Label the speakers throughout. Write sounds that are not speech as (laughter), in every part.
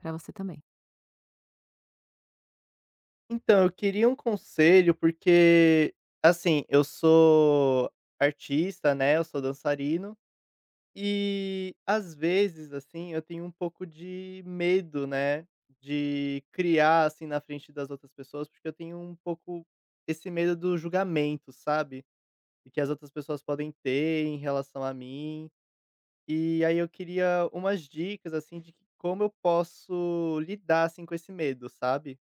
Speaker 1: Pra você também.
Speaker 2: Então, eu queria um conselho, porque, assim, eu sou artista, né, eu sou dançarino, e às vezes, assim, eu tenho um pouco de medo, né, de criar, assim, na frente das outras pessoas, porque eu tenho um pouco esse medo do julgamento, sabe, e que as outras pessoas podem ter em relação a mim. E aí eu queria umas dicas, assim, de que como eu posso lidar, assim, com esse medo, sabe?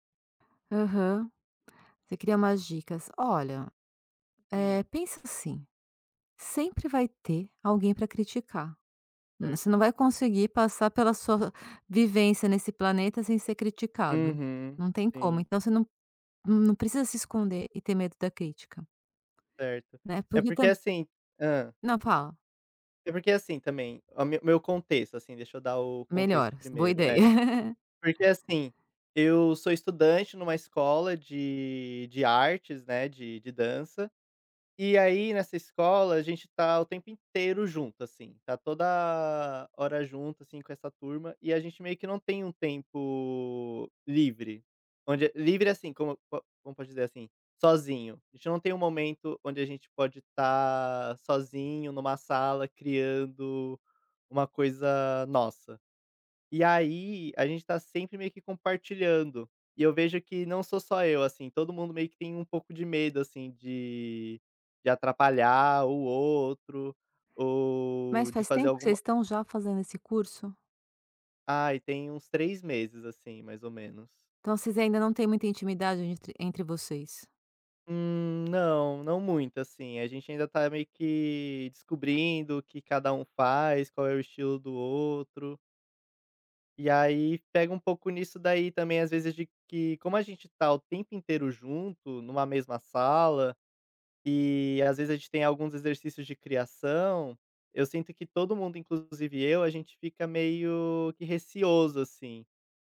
Speaker 1: Aham. Você queria umas dicas. Olha,
Speaker 2: Hum,
Speaker 1: pensa assim, sempre vai ter alguém para criticar. Você não
Speaker 2: certo.
Speaker 1: vai conseguir passar pela sua vivência nesse planeta sem ser criticado.
Speaker 2: Uhum.
Speaker 1: Não tem como,
Speaker 2: Sim,
Speaker 1: então você não precisa se esconder e ter medo da crítica,
Speaker 2: certo.
Speaker 1: né,
Speaker 2: É
Speaker 1: porque
Speaker 2: porque
Speaker 1: também
Speaker 2: assim, hã.
Speaker 1: não, fala.
Speaker 2: É porque assim também, o meu contexto, assim, deixa eu dar o
Speaker 1: Melhor,
Speaker 2: contexto
Speaker 1: boa
Speaker 2: primeiro. É.
Speaker 1: ideia. (laughs)
Speaker 2: Porque assim, eu sou estudante numa escola de artes, né, de dança. E aí, nessa escola, a gente tá o tempo inteiro junto, assim, tá toda hora junto, assim, com essa turma, e a gente meio que não tem um tempo livre. Onde livre, assim, como co como pode dizer, assim, sozinho. A gente não tem um momento onde a gente pode estar sozinho numa sala criando uma coisa nossa. E aí, a gente tá sempre meio que compartilhando. E eu vejo que não sou só eu, assim, todo mundo meio que tem um pouco de medo, assim, de atrapalhar o outro,
Speaker 1: Mas
Speaker 2: ou de
Speaker 1: faz
Speaker 2: fazer
Speaker 1: tempo que vocês
Speaker 2: alguma.
Speaker 1: estão já fazendo esse curso?
Speaker 2: Ai, tem uns 3 meses, assim, mais ou menos.
Speaker 1: Então vocês ainda não têm muita intimidade entre vocês?
Speaker 2: Não, não muito, assim, a gente ainda tá meio que descobrindo o que cada um faz, qual é o estilo do outro. E aí pega um pouco nisso daí também, às vezes, de que como a gente tá o tempo inteiro junto, numa mesma sala, e às vezes a gente tem alguns exercícios de criação, eu sinto que todo mundo, inclusive eu, a gente fica meio que receoso, assim,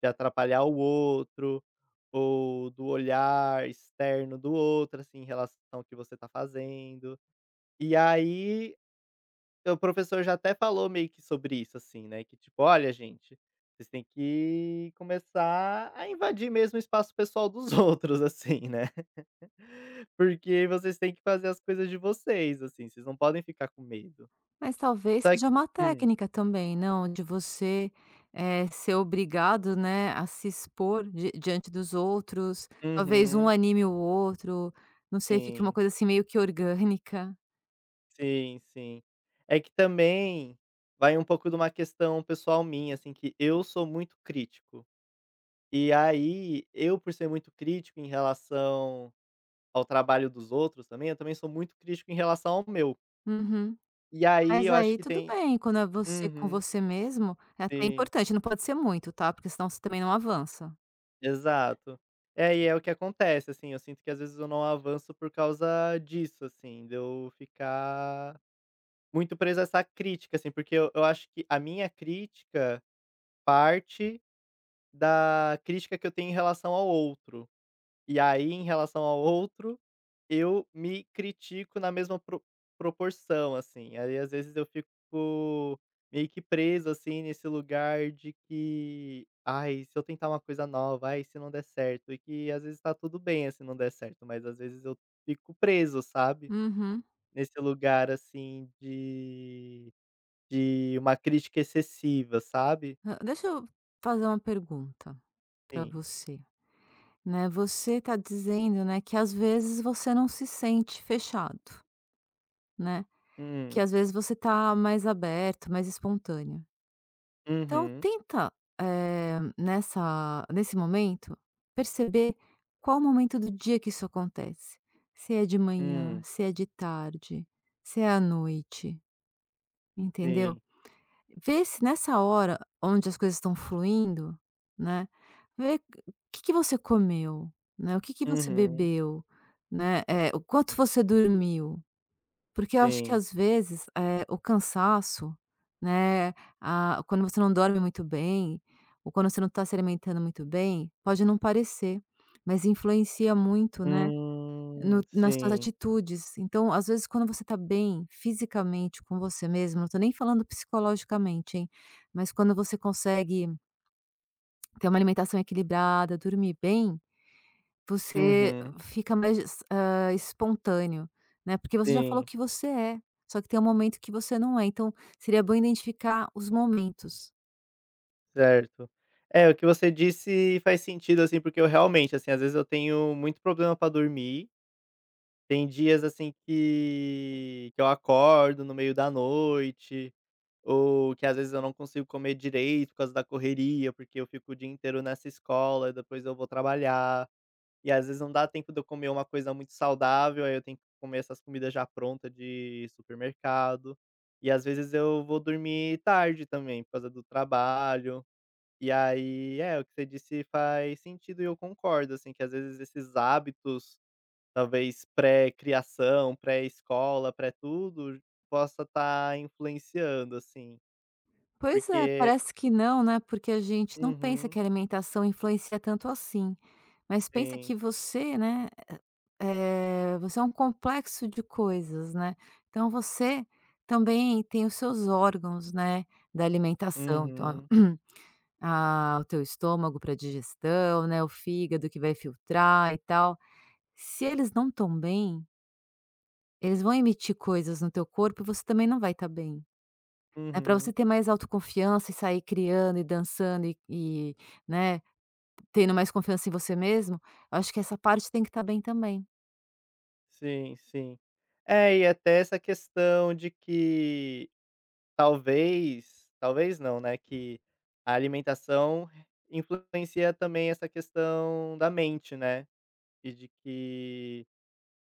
Speaker 2: de atrapalhar o outro, ou do olhar externo do outro, assim, em relação ao que você tá fazendo. E aí então o professor já até falou meio que sobre isso, assim, né, que tipo: "Olha gente, vocês têm que começar a invadir mesmo o espaço pessoal dos (laughs) outros, assim, né, (laughs) porque vocês têm que fazer as coisas de vocês, assim, vocês não podem ficar com medo".
Speaker 1: Mas talvez
Speaker 2: Só que
Speaker 1: seja uma
Speaker 2: hum.
Speaker 1: técnica também, não? De você, ser obrigado, né, a se expor di diante dos outros, talvez um
Speaker 2: Uhum.
Speaker 1: anime o outro, não sei, fique uma
Speaker 2: Sim.
Speaker 1: coisa assim meio que orgânica.
Speaker 2: Sim, sim. É que também vai um pouco de uma questão pessoal minha, assim, que eu sou muito crítico. E aí, eu, por ser muito crítico em relação ao trabalho dos outros também, eu também sou muito crítico em relação ao meu.
Speaker 1: Uhum.
Speaker 2: E aí
Speaker 1: Mas
Speaker 2: eu acho
Speaker 1: aí
Speaker 2: que
Speaker 1: tudo
Speaker 2: tem.
Speaker 1: bem, quando é você com
Speaker 2: Uhum,
Speaker 1: você mesmo, é até
Speaker 2: sim,
Speaker 1: importante, não pode ser muito, tá, porque senão você também não avança.
Speaker 2: exato. É, e é o que acontece, assim, eu sinto que às vezes eu não avanço por causa disso, assim, de eu ficar muito preso a essa crítica, assim, porque eu acho que a minha crítica parte da crítica que eu tenho em relação ao outro. E aí, em relação ao outro, eu me critico na mesma proporção, assim. Aí, às vezes, eu fico meio que preso, assim, nesse lugar de que: "Ai, se eu tentar uma coisa nova, ai, se não der certo", e que às vezes tá tudo bem, assim, não der certo, mas às vezes eu fico preso, sabe,
Speaker 1: Uhum.
Speaker 2: nesse lugar, assim, de uma crítica excessiva, sabe.
Speaker 1: Hã, deixa eu fazer uma pergunta para
Speaker 2: Sim.
Speaker 1: você, né, você tá dizendo, né, que às vezes você não se sente fechado, né? Que
Speaker 2: Hum.
Speaker 1: às vezes você tá mais aberto, mais espontâneo. Então
Speaker 2: Uhum.
Speaker 1: tenta, nessa nesse momento, perceber qual o momento do dia que isso acontece. Se é de manhã,
Speaker 2: Hum.
Speaker 1: se é de tarde, se é à noite, entendeu?
Speaker 2: Sim.
Speaker 1: Vê se nessa hora onde as coisas estão fluindo, né, vê o que que você comeu, né, o que que você
Speaker 2: Uhum.
Speaker 1: bebeu, né, o quanto você dormiu. Porque eu acho que
Speaker 2: Sim.
Speaker 1: às vezes, o cansaço, né, ah, quando você não dorme muito bem, ou quando você não está se alimentando muito bem, pode não parecer, mas influencia muito, né, no nas suas
Speaker 2: Sim.
Speaker 1: atitudes. Então, às vezes, quando você está bem fisicamente com você mesmo, não estou nem falando psicologicamente, hein, mas quando você consegue ter uma alimentação equilibrada, dormir bem, você
Speaker 2: Uhum.
Speaker 1: fica mais, hã, espontâneo, né, porque você já falou
Speaker 2: Sim,
Speaker 1: que você é, só que tem um momento que você não é, então seria bom identificar os momentos.
Speaker 2: certo. É, o que você disse faz sentido, assim, porque eu realmente, assim, às vezes eu tenho muito problema pra dormir. Tem dias, assim, que eu acordo no meio da noite, ou que às vezes eu não consigo comer direito por causa da correria, porque eu fico o dia inteiro nessa escola e depois eu vou trabalhar. E às vezes não dá tempo de eu comer uma coisa muito saudável, aí eu tenho que comer essas comidas já prontas de supermercado. E às vezes eu vou dormir tarde também, por causa do trabalho. E aí, é, o que você disse faz sentido e eu concordo, assim, que às vezes esses hábitos, talvez pré-criação, pré-escola, pré-tudo, possa estar influenciando, assim.
Speaker 1: Pois é,
Speaker 2: Porque
Speaker 1: parece que não, né, porque a gente não pensa que
Speaker 2: uhum,
Speaker 1: a alimentação influencia tanto assim, mas pensa que
Speaker 2: sim.
Speaker 1: você, né, você é um complexo de coisas, né, então você também tem os seus órgãos, né, da alimentação, então
Speaker 2: Uhum,
Speaker 1: (clears throat) ah, o teu estômago para digestão, né, o fígado que vai filtrar e tal. Se eles não estão bem, eles vão emitir coisas no teu corpo e você também não vai estar bem. É para
Speaker 2: uhum.
Speaker 1: você ter mais autoconfiança e sair criando e dançando e, né, tendo mais confiança em você mesmo, eu acho que essa parte tem que estar bem também.
Speaker 2: Sim, sim. É, e até essa questão de que talvez, talvez não, né, que a alimentação influencia também essa questão da mente, né, e de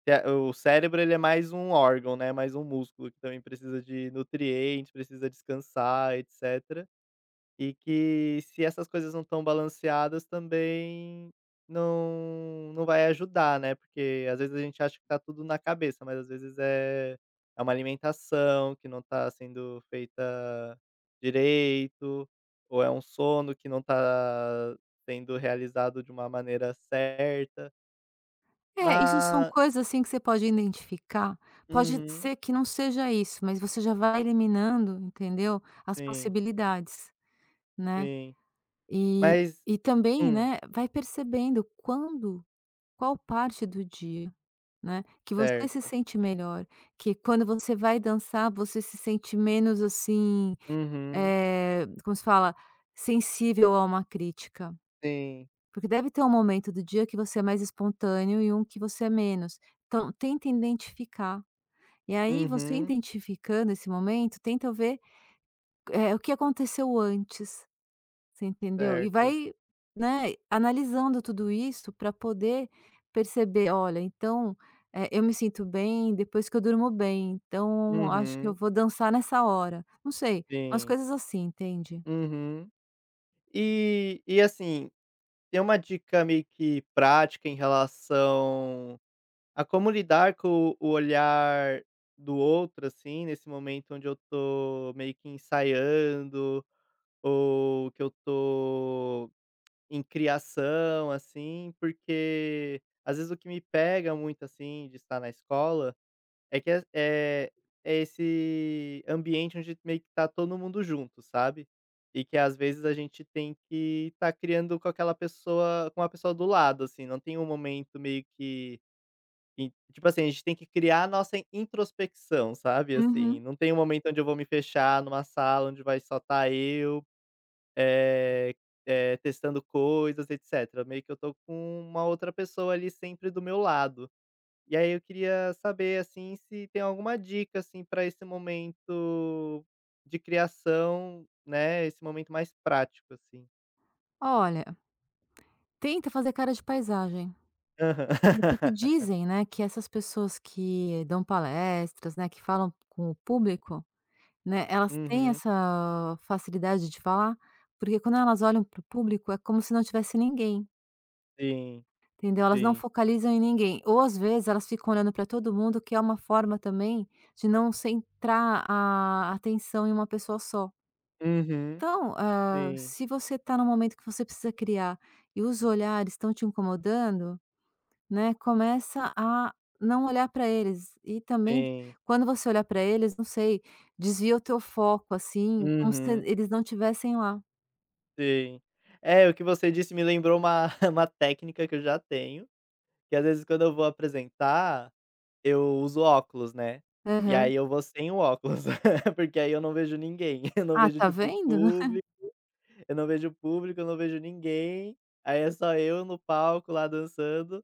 Speaker 2: que a o cérebro ele é mais um órgão, né, mais um músculo que também precisa de nutrientes, precisa descansar, etc. E que se essas coisas não estão balanceadas também não vai ajudar, né, porque às vezes a gente acha que tá tudo na cabeça, mas às vezes é uma alimentação que não tá sendo feita direito, ou é um sono que não tá sendo realizado de uma maneira certa.
Speaker 1: É, isso são
Speaker 2: Mas
Speaker 1: coisas, assim, que você pode identificar. Pode
Speaker 2: uhum,
Speaker 1: ser que não seja isso, mas você já vai eliminando, entendeu, as
Speaker 2: sim,
Speaker 1: possibilidades, né.
Speaker 2: sim.
Speaker 1: E
Speaker 2: Mas
Speaker 1: e também,
Speaker 2: hum,
Speaker 1: né, vai percebendo quando qual parte do dia, né, que você se
Speaker 2: certo.
Speaker 1: sente melhor, que quando você vai dançar você se sente menos, assim,
Speaker 2: Uhum,
Speaker 1: como se fala? Sensível a uma crítica.
Speaker 2: sim.
Speaker 1: Porque deve ter um momento do dia que você é mais espontâneo e um que você é menos. Então tenta identificar. E aí você
Speaker 2: Uhum,
Speaker 1: identificando esse momento, tenta ver, o que aconteceu antes. Você entendeu? E
Speaker 2: certo.
Speaker 1: vai, né, analisando tudo isso para poder perceber: "Olha, então, eu me sinto bem depois que eu durmo bem, então acho que eu
Speaker 2: Uhum.
Speaker 1: vou dançar nessa hora". Não sei, as
Speaker 2: Sim.
Speaker 1: coisas assim, entende?
Speaker 2: Uhum. E assim, tem uma dica meio que prática em relação a como lidar com o olhar do outro, assim, nesse momento onde eu tô meio que ensaiando, ou que eu tô em criação, assim, porque às vezes o que me pega muito, assim, de estar na escola é que é é esse ambiente onde meio que tá todo mundo junto, sabe. E que às vezes a gente tem que tá criando com aquela pessoa, com a pessoa do lado, assim, não tem um momento meio que in tipo assim, a gente tem que criar a nossa introspecção, sabe,
Speaker 1: Uhum.
Speaker 2: assim, não tem um momento onde eu vou me fechar numa sala onde vai só tá eu, eh testando coisas, etcétera. Meio que eu tô com uma outra pessoa ali sempre do meu lado. E aí eu queria saber, assim, se tem alguma dica, assim, para esse momento de criação, né, esse momento mais prático, assim.
Speaker 1: Olha, tenta fazer cara de paisagem.
Speaker 2: Aham.
Speaker 1: Porque
Speaker 2: (laughs)
Speaker 1: dizem, né, que essas pessoas que dão palestras, né, que falam com o público, né, elas têm
Speaker 2: Uhum.
Speaker 1: essa facilidade de falar, porque quando elas olham para o público é como se não tivesse ninguém,
Speaker 2: Sim,
Speaker 1: entendeu? Elas não
Speaker 2: sim.
Speaker 1: focalizam em ninguém, ou às vezes elas ficam olhando para todo mundo, que é uma forma também de não centrar a atenção em uma pessoa só.
Speaker 2: Uhum.
Speaker 1: Então, hã,
Speaker 2: Sim,
Speaker 1: se você está num momento que você precisa criar e os olhares estão te incomodando, né, começa a não olhar para eles e também
Speaker 2: sim.
Speaker 1: quando você olhar para eles, não sei, desvia o teu foco, assim, como se
Speaker 2: Uhum.
Speaker 1: eles não tivessem lá.
Speaker 2: Sim. É, o que você disse me lembrou uma (laughs) uma técnica que eu já tenho, que às vezes quando eu vou apresentar, eu uso óculos, né, e
Speaker 1: Aham.
Speaker 2: aí eu vou sem o óculos, (laughs) porque aí eu não vejo ninguém, (laughs) eu não
Speaker 1: Ah,
Speaker 2: vejo,
Speaker 1: tá
Speaker 2: tipo,
Speaker 1: vendo? (laughs)
Speaker 2: público. Eu não vejo público, eu não vejo ninguém, aí é só eu no palco lá dançando,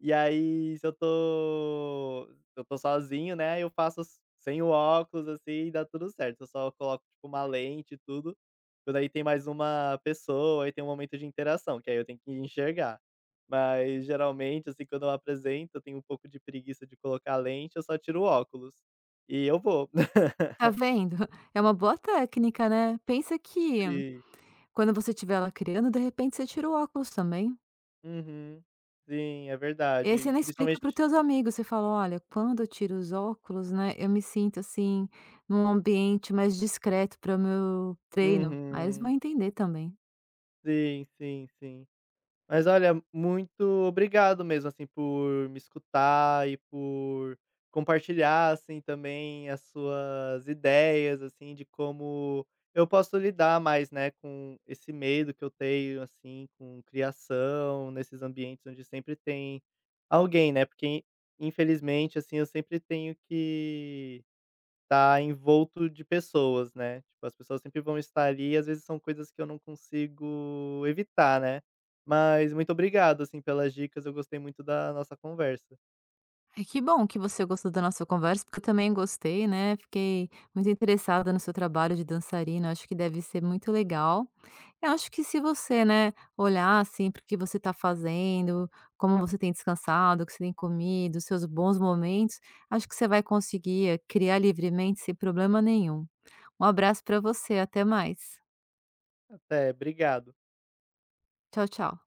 Speaker 2: e aí se eu tô sozinho, né, eu faço s sem o óculos, assim, e dá tudo certo. Eu só coloco, tipo, uma lente e tudo, quando aí tem mais uma pessoa, aí tem um momento de interação, que aí eu tenho que enxergar. Mas geralmente, assim, quando eu apresento, eu tenho um pouco de preguiça de colocar lente, eu só tiro o óculos. E eu vou. (laughs)
Speaker 1: Tá vendo? É uma boa técnica, né. Pensa que
Speaker 2: E
Speaker 1: quando você estiver lá criando, de repente você tira o óculos também.
Speaker 2: uhum. Sim, é
Speaker 1: E aí você
Speaker 2: verdade,
Speaker 1: ainda explica para os
Speaker 2: principalmente.
Speaker 1: teus amigos, você fala: "Olha, quando eu tiro os óculos, né, eu me sinto, assim, num ambiente mais discreto para o meu treino". Aí eles vão
Speaker 2: Uhum.
Speaker 1: entender também.
Speaker 2: Sim, sim, sim. Mas olha, muito obrigado mesmo, assim, por me escutar e por compartilhar, assim, também as suas ideias, assim, de como eu posso lidar mais, né, com esse medo que eu tenho, assim, com criação, nesses ambientes onde sempre tem alguém, né, porque infelizmente, assim, eu sempre tenho que tá envolto de pessoas, né. Tipo, as pessoas sempre vão estar ali e às vezes são coisas que eu não consigo evitar, né. Mas muito obrigado, assim, pelas dicas, eu gostei muito da nossa conversa.
Speaker 1: Ai, que bom que você gostou da nossa conversa, porque eu também gostei, né, fiquei muito interessada no seu trabalho de dançarina, acho que deve ser muito legal. Eu acho que se você, né, olhar, assim, para o que você está fazendo, como você tem descansado, o que você tem comido, os seus bons momentos, acho que você vai conseguir criar livremente sem problema nenhum. Um abraço para você, até mais.
Speaker 2: Até, obrigado.
Speaker 1: Tchau, tchau.